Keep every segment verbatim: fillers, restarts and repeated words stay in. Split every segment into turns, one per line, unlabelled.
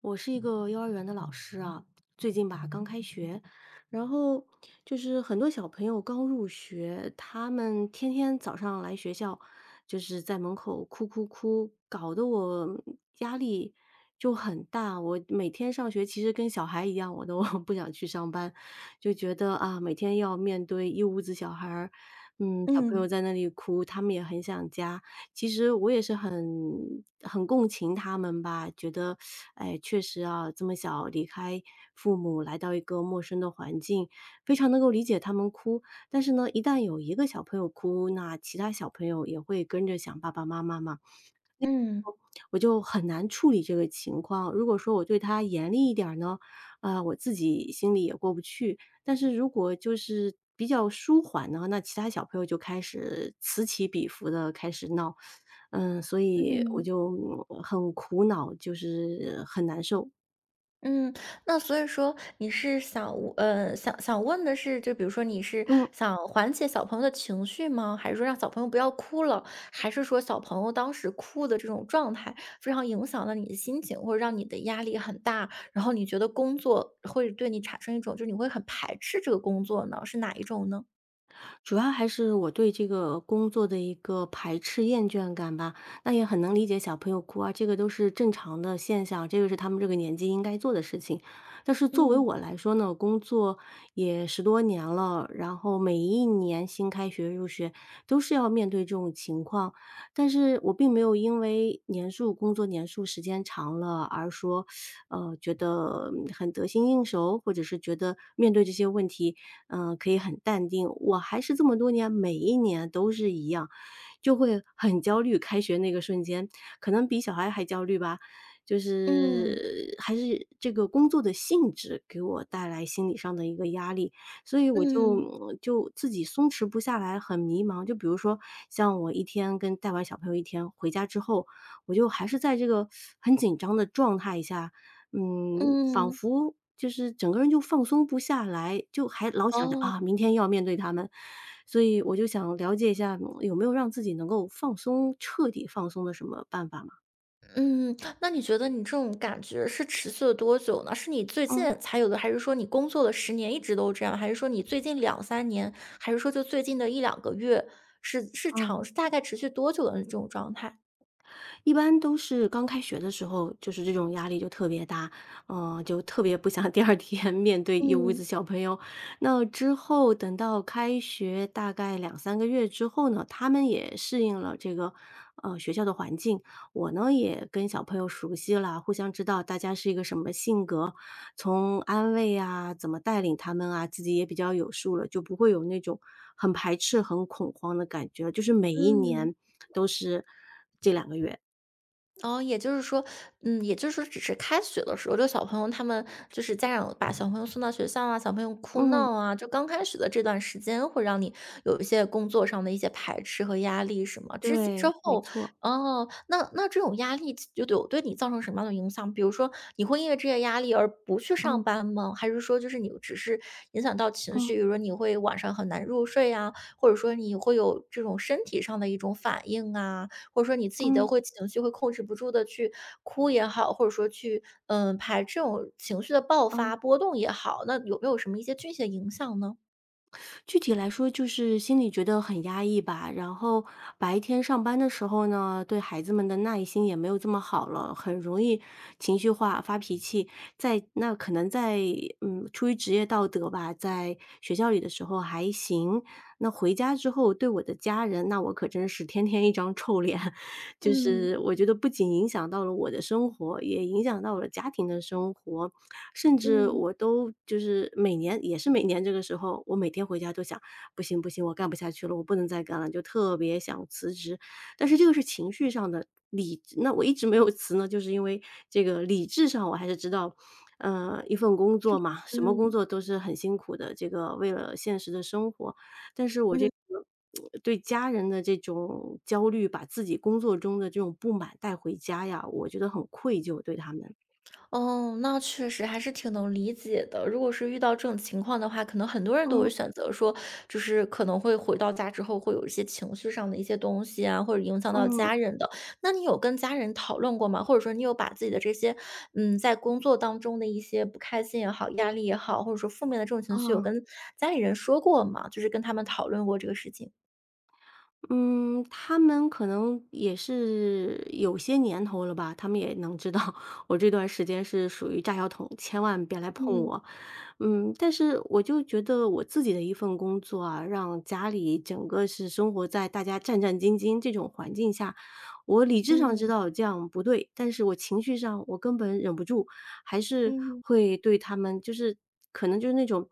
我是一个幼儿园的老师啊，最近吧刚开学，然后就是很多小朋友刚入学，他们天天早上来学校，就是在门口哭哭哭，搞得我压力就很大。我每天上学其实跟小孩一样，我都 不想去上班，就觉得啊，每天要面对一屋子小孩儿，嗯，小朋友
嗯。
在那里哭，他们也很想家。其实我也是很很共情他们吧，觉得，哎，确实啊，这么小离开父母，来到一个陌生的环境，非常能够理解他们哭。但是呢，一旦有一个小朋友哭，那其他小朋友也会跟着想爸爸妈妈嘛。
嗯。
我就很难处理这个情况。如果说我对他严厉一点儿呢，啊，我自己心里也过不去。但是如果就是比较舒缓呢，那其他小朋友就开始此起彼伏的开始闹，嗯，所以我
嗯。
就，嗯很苦恼，就是很难受。
嗯，那所以说你是想呃，想想问的是，就比如说你是
嗯。
想缓解小朋友的情绪吗？还是说让小朋友不要哭了？还是说小朋友当时哭的这种状态，非常影响了你的心情，或者让你的压力很大，然后你觉得工作会对你产生一种，就是你会很排斥这个工作呢？是哪一种呢？
主要还是我对这个工作的一个排斥厌倦感吧。那也很能理解小朋友哭啊，这个都是正常的现象，这个是他们这个年纪应该做的事情。但是作为
嗯。
我来说呢，工作也十多年了，然后每一年新开学入学都是要面对这种情况。但是我并没有因为年数工作年数时间长了而说呃，觉得嗯很得心应手，或者是觉得面对这些问题，嗯，可以很淡定。我还是这么多年，每一年都是一样，就会很焦虑。开学那个瞬间，可能比小孩还焦虑吧，就
嗯。
是还是这个工作的性质给我带来心理上的一个压力，所以我就
嗯。
嗯就自己松弛不下来，很迷茫。就比如说，像我一天跟带完小朋友一天回家之后，我就还是在这个很紧张的状态下，嗯，仿
嗯。
佛就是整个人就放松不下来，就还老想着
哦。
啊，明天要面对他们，所以我就想了解一下，嗯有没有让自己能够放松、彻底放松的什么办法嘛？
嗯，那你觉得你这种感觉是持续了多久呢？是你最近
嗯
才有的，还是说你工作了十年一直都这样？还是说你最近两三年？还是说就最近的一两个月？是是
嗯。
长大概持续多久的这种状态？
一般都是刚开学的时候，就是这种压力就特别大，嗯，就特别不想 第二天面对一屋子
嗯。
小朋友。那之后等到开学大概两三个月之后呢，他们也适应了这个，呃，学校的环境，我呢也跟小朋友熟悉了，互相知道大家是一个什么性格，从安慰啊，怎么带领他们啊，自己也比较有数了，就不会有那种很排斥、很恐慌的感觉，就是每一
嗯。
年都是这两个月。
哦，也就是说，嗯，也就是说，只是开学的时候，就小朋友他们就是家长把小朋友送到学校啊，小朋友哭
嗯，
闹啊，就刚开始的这段时间会让你有一些工作上的一些排斥和压力，什么之前之
对，没
后。
错。
哦，那那这种压力就对我对你造成什么样的影响？比如说，你会因为这些压力而不去
嗯
上班吗？还是说，就是你只是影响到情
嗯
绪，比如说你会晚上很难入睡啊，或者说你会有这种身体上的一种反应啊，或者说你自己的
嗯
会情绪会控制不住的去哭也好，或者说去，嗯，排这种情绪的爆
嗯，
发、波动也好，那有没有什么一些具体的影响呢？
具体来说就是心里觉得很压抑吧，然后白天上班的时候呢，对孩子们的耐心也没有这么好了，很容易情绪化、发脾气。在那可能在嗯，出于职业道德吧，在学校里的时候还行，那回家之后对我的家人，那我可真是天天一张臭脸。就
嗯。
是我觉得不仅影响到了我的生活，也影响到了家庭的生活，甚至
嗯。
我都就是每年也是每年这个时候，我每天回家都想，不行不行，我干不下去了，我不能再干了，就特别想辞职。但是这个是情绪上的，理那我一直没有辞呢，就是因为这个理智上我还是知道，呃，一份工作嘛，什么工
嗯。
作都是很辛苦的，这个为了现实的生活。但是我这
嗯。
个对家人的这种焦虑，把自己工作中的这种不满带回家呀，我觉得很愧疚对他们。
哦，那确实还是挺能理解的。如果是遇到这种情况的话，可能很多人都会
嗯
选择说，就是可能会回到家之后会有一些情绪上的一些东西啊，或者影响到
嗯，
家人的。那你有跟家人讨论过吗？或者说你有把自己的这些，嗯，在工作当中的一些不开心也好、压力也好，或者说负面的这种情绪，有
啊。
跟家里人说过吗？就是跟他们讨论过这个事情？
嗯，他们可能也是有些年头了吧，他们也能知道 我这段时间是属于炸药桶，千万别来碰
嗯。
我。嗯，但是我就觉得我自己的一份工作啊，让家里整个是生活在大家战战兢兢这种环境下，我理智上知
嗯。
道这样不对，但是我情绪上我根本忍不住，还是
嗯。
会对他们就是可能就是那种。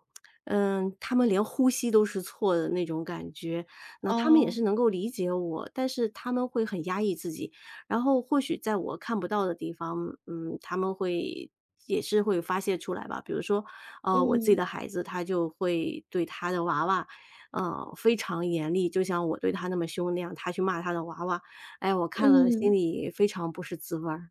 嗯，他们连呼吸都是错的那种感觉，那他们也
哦。
是能够理解我，但是他们会很压抑自己，然后或许在我看不到的地方，嗯，他们会也是会发泄出来吧。比如说，呃，我自己
嗯。
的孩子他就会对他的娃娃，呃，非常严厉，就像我对他那么凶那样，他去骂他的娃娃，哎，我看了心
嗯。
里非常不是滋味儿。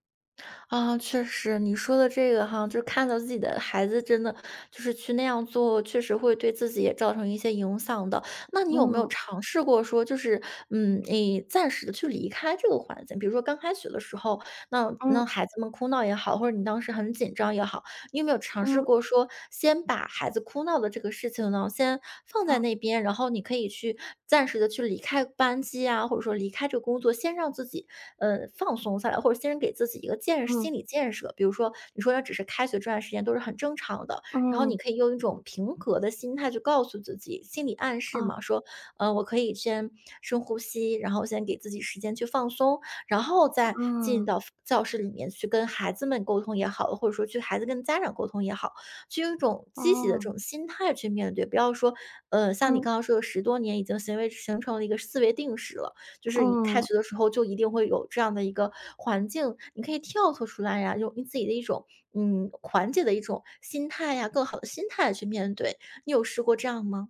啊，确实，你说的这个哈，就是看到自己的孩子真的就是去那样做，确实会对自己也造成一些影响的。那你有没有
嗯
尝试过说，就是嗯，你暂时的去离开这个环境？比如说刚开学的时候，那
嗯
那孩子们哭闹也好，或者你当时很紧张也好，你有没有尝试
嗯，
过说，先把孩子哭闹的这个事情呢，先放在
啊，
那边，然后你可以去暂时的去离开班级啊，或者说离开这个工作，先让自己，呃，放松下来，或者先给自己一个建
嗯
心理建设。比如说，你说要只是开学这段时间都是很正常的，然后
嗯，
你可以用一种平和的心态去告诉自己，心理暗示
啊，
嘛，说，呃，我可以先深呼吸，然后先给自己时间去放松，然后再进
嗯，
到教室里面去跟孩子们沟通也好，或者说去孩子跟家长沟通也好，去用一种积极的
哦，
这种心态去面对，不要说，呃，像你
嗯
刚刚说的十多年已经行为形成了一个思维定式了，就是你开
嗯。
学的时候就一定会有这样的一个环境，你可以跳脱出来呀，用你自己的一种，嗯，缓解的一种心态呀，更好的心态去面对，你有试过这样吗？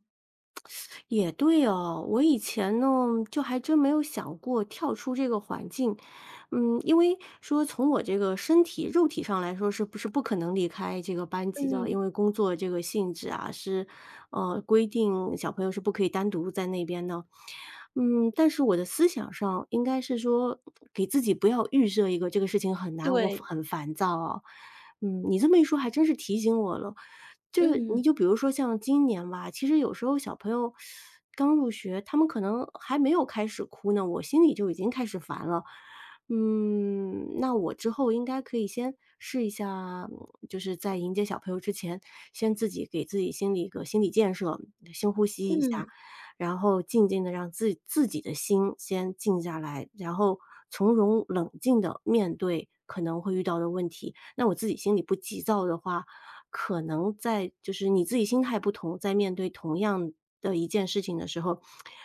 也对哦，我以前呢，就还真没有想过跳出这个环境。嗯，因为说从我这个身体肉体上来说，是不是不可能离开这个班级的？因
嗯。
为工作这个性质啊，是呃规定小朋友是不可以单独在那边的。嗯，但是我的思想上应该是说，给自己不要预设一个这个事情很难，我
对。
很烦躁啊，嗯，你这么一说，还真是提醒我了。就你
嗯。
就比如说像今年吧，其实有时候小朋友刚入学，他们可能还没有开始哭呢，我心里就已经开始烦了。嗯，那我之后应该可以先试一下，嗯就是在迎接小朋友之前，先自己给自己心理一个心理建设，深呼吸一下，
嗯。
然后静静的让自自己的心先静下来，然后从容冷静的面对可能会遇到的问题。那我自己心里不急躁的话，可能在就是你自己心态不同，在面对同样的一件事情的时候，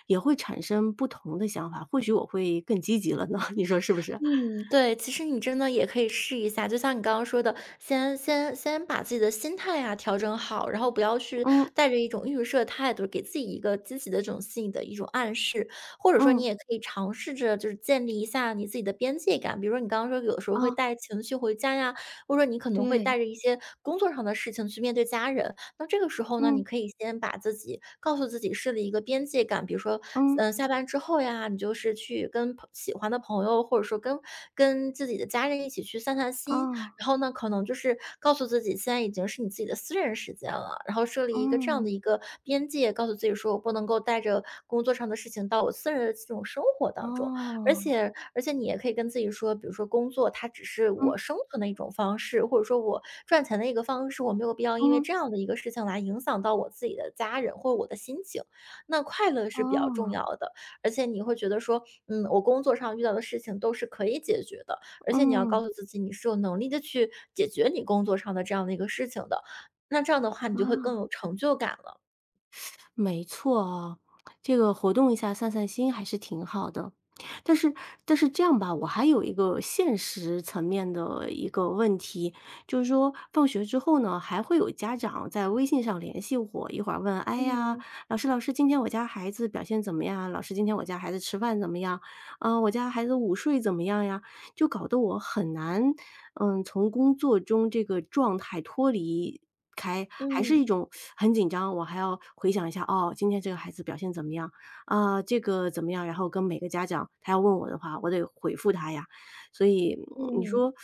也会产生不同的想法，或许我会更积极了呢，你说是不是？
嗯，对，其实你真的也可以试一下，就像你刚刚说的，先先先把自己的心态啊调整好，然后不要去
嗯，
带着一种预设态度，给自己一个积极的这种心理的一种暗示，或者说你
嗯，
也可以尝试着就是建立一下你自己的边界感，比如说你刚刚说有的时候会
啊，
带情绪回家呀，或者说你可能会
对，
带着一些工作上的事情去面对家人，那这个时候呢，你
嗯，
可以先把自己告诉自己设立一个边界感，比如说，
嗯，
嗯，下班之后呀，你就是去跟朋喜欢的朋友，或者说跟跟自己的家人一起去散散心。
啊
然后呢，可能就是告诉自己，现在已经是你自己的私人时间了，然后设立一个这样
嗯，
的一个边界，告诉自己说我不能够带着工作上的事情到我私人的这种生活当中。而
哦，
且而且你也可以跟自己说，比如说工作它只是我
嗯，
生存的一种方式，或者说我赚钱的一个方式，我没有必要因为
嗯，
这样的一个事情来影响到我自己的家人或者我的心情。那快乐是比较重
哦，
要的，而且你会觉得说，嗯，我工作上遇到的事情都是可以解决的，而且你要告
嗯，
诉自己，你是有能力的去解决你工作上的这样的一个事情的。那这样的话，你就会更
啊。
有成就感了。
没错啊，这个活动一下散散心还是挺好的。但是但是这样吧，我还有一个现实层面的一个问题，就是说放学之后呢，还会有家长在微信上联系我，一会儿问：“哎呀，
嗯。
老师老师，今天我家孩子表现怎么样啊老师今天我家孩子吃饭怎么样？啊，我家孩子午睡怎么样呀？”就搞得我很难，嗯，从工作中这个状态脱离。开，还是一
嗯。
种很紧张，我还要回想一下，哦，今天这个孩子表现怎么样？啊，这个怎么样？然后跟每个家长，他要问我的话，我得回复他呀。所以嗯你
嗯。
说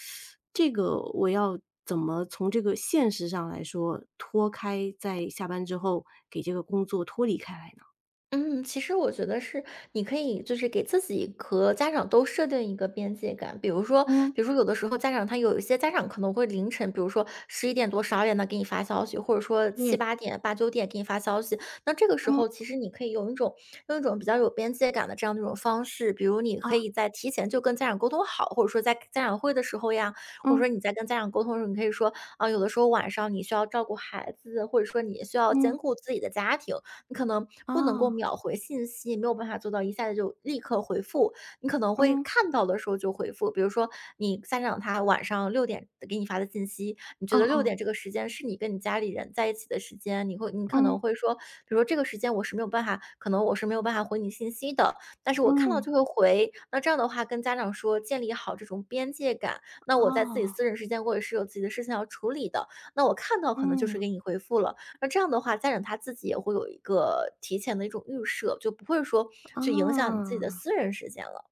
这个我要怎么从这个现实上来说脱开，在下班之后给这个工作脱离开来呢？
嗯，其实我觉得是，你可以就是给自己和家长都设定一个边界感，比如说，
嗯，
比如说有的时候家长他有一些家长可能会凌晨，比如说十一点多、十二点的给你发消息，或者说
对，
七八点、八九点给你发消息，那这个时
嗯，
候其实你可以用一种用一种比较有边界感的这样的一种方式，比如你可
啊，
以在提前就跟家长沟通好，或者说在家长会的时候呀，或者
嗯，
说你在跟家长沟通的时候，你可以说啊，有的时候晚上你需要照顾孩子，或者说你需要
嗯，
兼顾自己的家庭。你可能不能够
啊，
秒回信息，没有办法做到一下子就立刻回复，你可能会
嗯，
看到的时候就回复。比如说你家长他晚上六点给你发的信息，你觉
嗯
得六
嗯，
点这个时间是你跟你家里人在一起的时间，你会你可
嗯，
能会说，比如说这个时间我是没有办法，可能我是没有办法回你信息的，但是我看到
嗯，
就会回。那这样的话跟家长说，建立好这种边界感。那我在自己
哦，
私人时间，我也是有自己的事情要处理的，那我看到
嗯，啊嗯
可能就
嗯嗯嗯嗯
是
啊
给你回复了，那这样的话，家长他自己也会有一个提前的一种预设，就不会说
嗯
去影响你自己的
啊
私人时间了。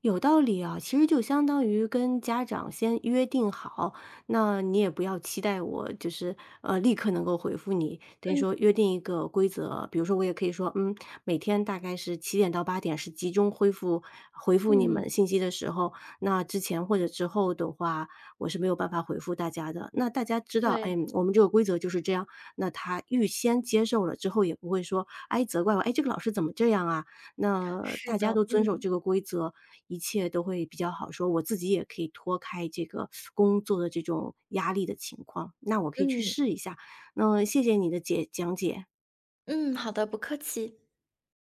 有道理啊，其实就相当于跟家长先约定好，那你也不要期待我就是，呃，立刻能够回复你，等于
嗯。
说约定一个规则，比如说我也可以说，嗯，每天大概是七点到八点是集中恢复回复你
嗯。
们信息的时候，那之前或者之后的话，我是没有办法回复大家的。那大家知道，
对，
哎，我们这个规则就是这样，那他预先接受了之后也不会说，哎，责怪我，哎，这个老师怎么这样啊？那
是
大家
的。
都遵守
嗯。
这个规则，一切都会比较好说。我自己也可以脱开这个工作的这种压力的情况，那我可以去
嗯。
试一下。那谢谢你的解讲解。
嗯。好的，不客气。